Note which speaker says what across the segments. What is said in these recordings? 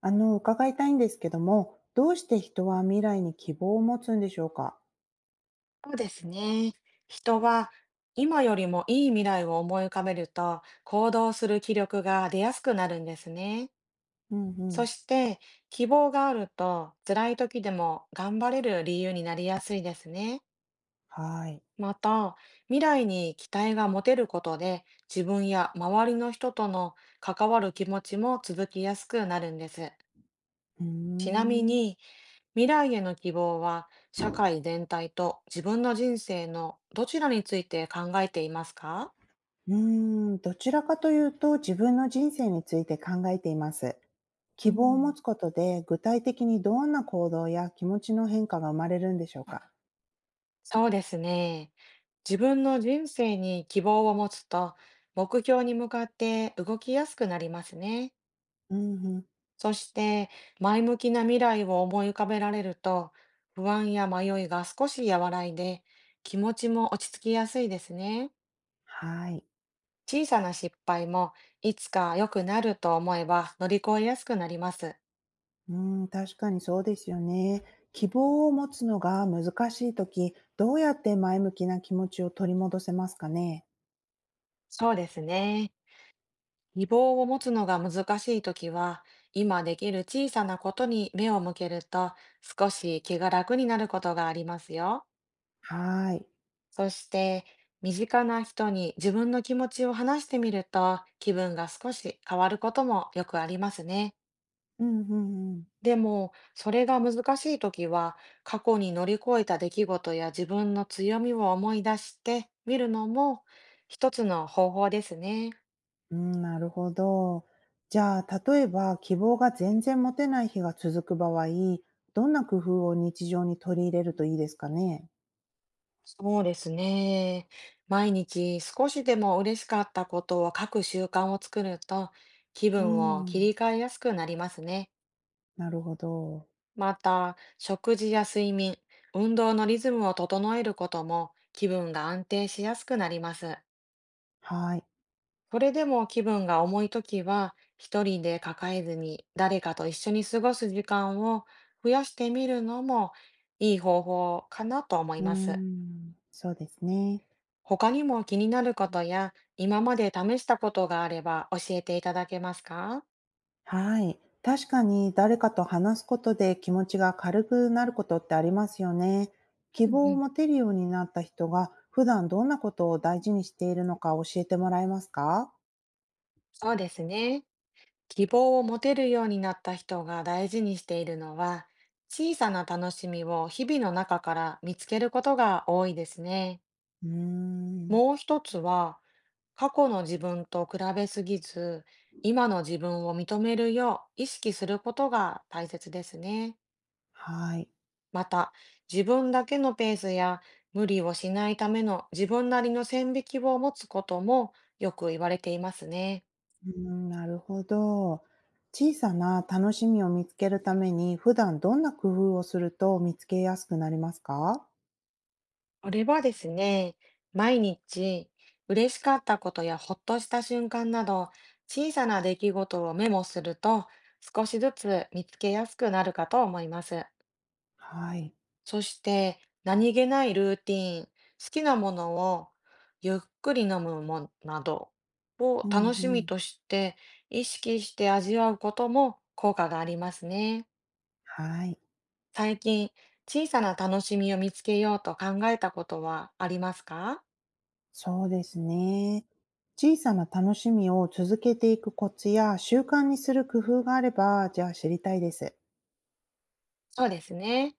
Speaker 1: 伺いたいんですけども、どうして人は未来に希望を持つんでしょうか？
Speaker 2: そうですね。人は今よりもいい未来を思い浮かべると行動する気力が出やすくなるんですね。
Speaker 1: うんう
Speaker 2: そ
Speaker 1: ん。
Speaker 2: して、希望があると辛い時でも頑張れる理由になりやすいですね。
Speaker 1: はい。
Speaker 2: また、未来に期待が持てることで自分や周りの人との関わる気持ちも続きやすくなるんです。
Speaker 1: うー
Speaker 2: ちなみ
Speaker 1: ん。
Speaker 2: に、未来への希望は社会全体と自分の人生のどちらについて考えていますか？
Speaker 1: うーん、どちらかというと自分の人生について考えています。希
Speaker 2: う
Speaker 1: 望を持
Speaker 2: ん、
Speaker 1: つことで具体的にどんな行動や気持ちの変化が生まれるんでしょうか？
Speaker 2: そうですね。自分の人生に希望を持つと目標に向かって動きやすくなりますね。
Speaker 1: うんうん。
Speaker 2: そして、前向きな未来を思い浮かべられると不安や迷いが少し和らいで気持ちも落ち着きやすいですね。
Speaker 1: はい。
Speaker 2: 小さな失敗もいつか良くなると思えば乗り越えやすくなります。
Speaker 1: うん、確かにそうですよね。希望を持つのが難しいとき、どうやって前向きな気持ちを取り戻せますかね？
Speaker 2: そうですね。希望を持つのが難しいときは、今できる小さなことに目を向けると、少し気が楽になることがありますよ。
Speaker 1: はい。
Speaker 2: そして、身近な人に自分の気持ちを話してみると、気分が少し変わることもよくありますね。
Speaker 1: うんうんうん。
Speaker 2: でも、それが難しいときは、過去に乗り越えた出来事や自分の強みを思い出してみるのも、一つの方法ですね。
Speaker 1: うん、なるほど。じゃあ、例えば希望が全然持てない日が続く場合、どんな工夫を日常に取り入れるといいですかね？
Speaker 2: そうですね。毎日少しでも嬉しかったことを書く習慣を作ると気
Speaker 1: う
Speaker 2: 分を切
Speaker 1: ん、
Speaker 2: り替えやすくなりますね。
Speaker 1: なるほど。
Speaker 2: また、食事や睡眠、運動のリズムを整えることも気分が安定しやすくなります。
Speaker 1: はい。
Speaker 2: それでも気分が重いときは、一人で抱えずに誰かと一緒に過ごす時間を増やしてみるのもいい方法かなと思い
Speaker 1: うー
Speaker 2: ます。
Speaker 1: ん、そうですね。
Speaker 2: 他にも気になることや、今まで試したことがあれば教えていただけますか？
Speaker 1: はい。確かに誰かと話すことで気持ちが軽くなることってありますよね。希
Speaker 2: うん
Speaker 1: 望
Speaker 2: う
Speaker 1: を
Speaker 2: ん、
Speaker 1: 持てるようになった人が、普段どんなことを大事にしているのか教えてもらえますか？
Speaker 2: そうですね。希望を持てるようになった人が大事にしているのは、小さな楽しみを日々の中から見つけることが多いですね。
Speaker 1: うーん、
Speaker 2: もう一つは、過去の自分と比べすぎず、今の自分を認めるよう意識することが大切ですね。
Speaker 1: はい。
Speaker 2: また、自分だけのペースや無理をしないための自分なりの線引きを持つこともよく言われていますね。
Speaker 1: うーん、なるほど。小さな楽しみを見つけるために、普段どんな工夫をすると見つけやすくなりますか？
Speaker 2: これはですね、毎日嬉しかったことやほっとした瞬間など小さな出来事をメモすると少しずつ見つけやすくなるかと思います。
Speaker 1: はい。
Speaker 2: そして、何気ないルーティーン、好きなものをゆっくり飲むもなどを
Speaker 1: うん
Speaker 2: 楽し
Speaker 1: う
Speaker 2: み
Speaker 1: ん。
Speaker 2: として意識して味わうことも効果がありますね。
Speaker 1: はい。
Speaker 2: 最近、小さな楽しみを見つけようと考えたことはありますか？
Speaker 1: そうですね。小さな楽しみを続けていくコツや習慣にする工夫があれば、じゃあ知りたいです。
Speaker 2: そうですね。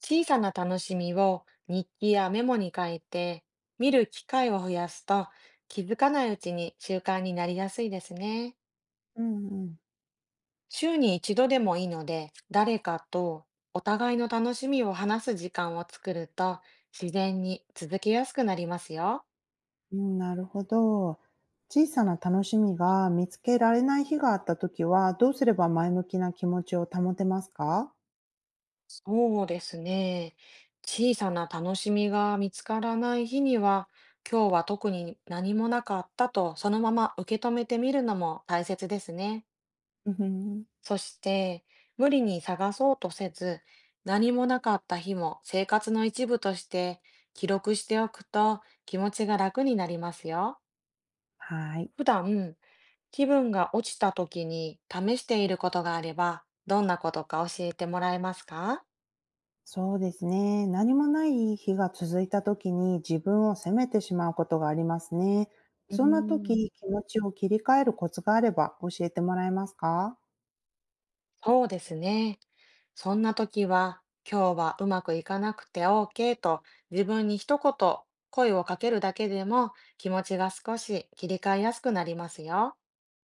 Speaker 2: 小さな楽しみを日記やメモに書いて見る機会を増やすと気づかないうちに習慣になりやすいですね。
Speaker 1: うんうん。
Speaker 2: 週に一度でもいいので、誰かとお互いの楽しみを話す時間を作ると、自然に続けやすくなりますよ。
Speaker 1: うん、なるほど。小さな楽しみが見つけられない日があったときは、どうすれば前向きな気持ちを保てますか？
Speaker 2: そうですね。小さな楽しみが見つからない日には、今日は特に何もなかったとそのまま受け止めてみるのも大切ですね。
Speaker 1: うん、うん。
Speaker 2: そして、無理に探そうとせず、何もなかった日も生活の一部として記録しておくと気持ちが楽になりますよ。
Speaker 1: はい。
Speaker 2: 普段、気分が落ちた時に試していることがあれば、どんなことか教えてもらえますか？
Speaker 1: そうですね。何もない日が続いた時に自分を責めてしまうことがありますね。
Speaker 2: うー
Speaker 1: そんな
Speaker 2: ん、
Speaker 1: 時、気持ちを切り替えるコツがあれば教えてもらえますか？
Speaker 2: そうですね。そんな時は、今日はうまくいかなくて OK と自分に一言声をかけるだけでも気持ちが少し切り替えやすくなりますよ。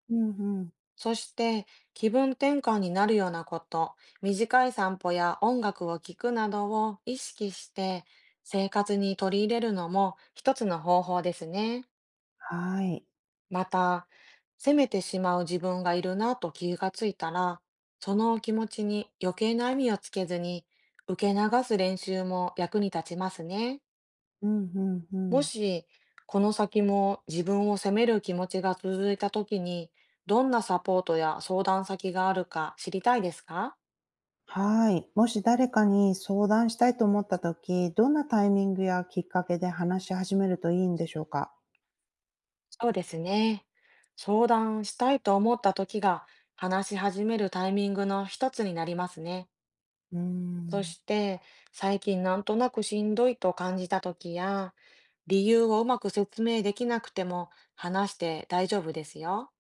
Speaker 1: うんうん。
Speaker 2: そして、気分転換になるようなこと、短い散歩や音楽を聴くなどを意識して生活に取り入れるのも一つの方法ですね。
Speaker 1: はい。
Speaker 2: また、責めてしまう自分がいるなと気がついたら、その気持ちに余計な意味をつけずに受け流す練習も役に立ちますね。
Speaker 1: うんうんう
Speaker 2: も
Speaker 1: ん。
Speaker 2: し、この先も自分を責める気持ちが続いたときに、どんなサポートや相談先があるか知りたいですか？
Speaker 1: はい。もし誰かに相談したいと思った時、どんなタイミングやきっかけで話し始めるといいんでしょうか？
Speaker 2: そうですね。相談したいと思ったときが、話し始めるタイミングの一つになりますね。
Speaker 1: うー
Speaker 2: そ
Speaker 1: ん。
Speaker 2: して、最近なんとなくしんどいと感じたときや、理由をうまく説明できなくても話して大丈夫ですよ。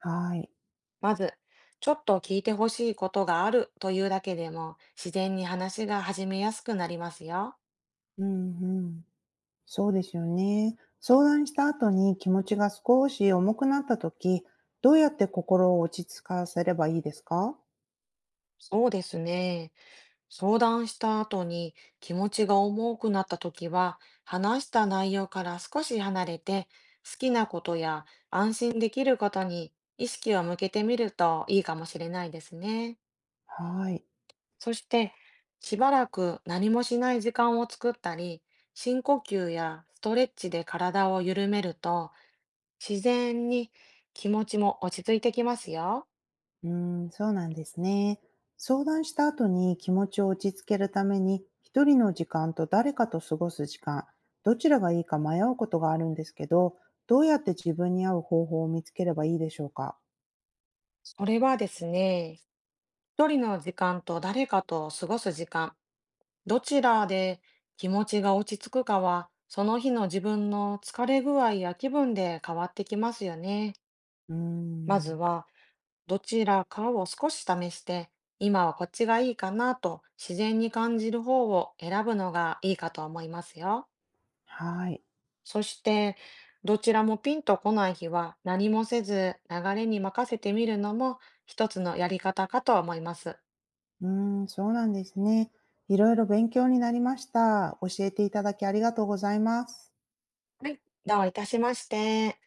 Speaker 1: はい。
Speaker 2: まず、ちょっと聞いてほしいことがあるというだけでも、自然に話が始めやすくなりますよ。
Speaker 1: うんうん。そうですよね。相談した後に気持ちが少し重くなった時、どうやって心を落ち着かせればいいですか？
Speaker 2: そうですね。相談した後に気持ちが重くなった時は、話した内容から少し離れて、好きなことや安心できることに意識を向けてみるといいかもしれないですね。
Speaker 1: はい。
Speaker 2: そして、しばらく何もしない時間を作ったり、深呼吸やストレッチで体を緩めると、自然に気持ちも落ち着いてきますよ。
Speaker 1: うーん、そうなんですね。相談した後に気持ちを落ち着けるために、一人の時間と誰かと過ごす時間、どちらがいいか迷うことがあるんですけど、どうやって自分に合う方法を見つければいいでしょうか？
Speaker 2: それはですね、一人の時間と誰かと過ごす時間、どちらで気持ちが落ち着くかは、その日の自分の疲れ具合や気分で変わってきますよね。
Speaker 1: うー
Speaker 2: まず
Speaker 1: ん、
Speaker 2: は、どちらかを少し試して、今はこっちがいいかなと自然に感じる方を選ぶのがいいかと思いますよ。
Speaker 1: はい。
Speaker 2: そして、どちらもピンとこない日は何もせず流れに任せてみるのも一つのやり方かと思います。
Speaker 1: うーん、そうなんですね。いろいろ勉強になりました。教えていただきありがとうございます。
Speaker 2: どういたしまして。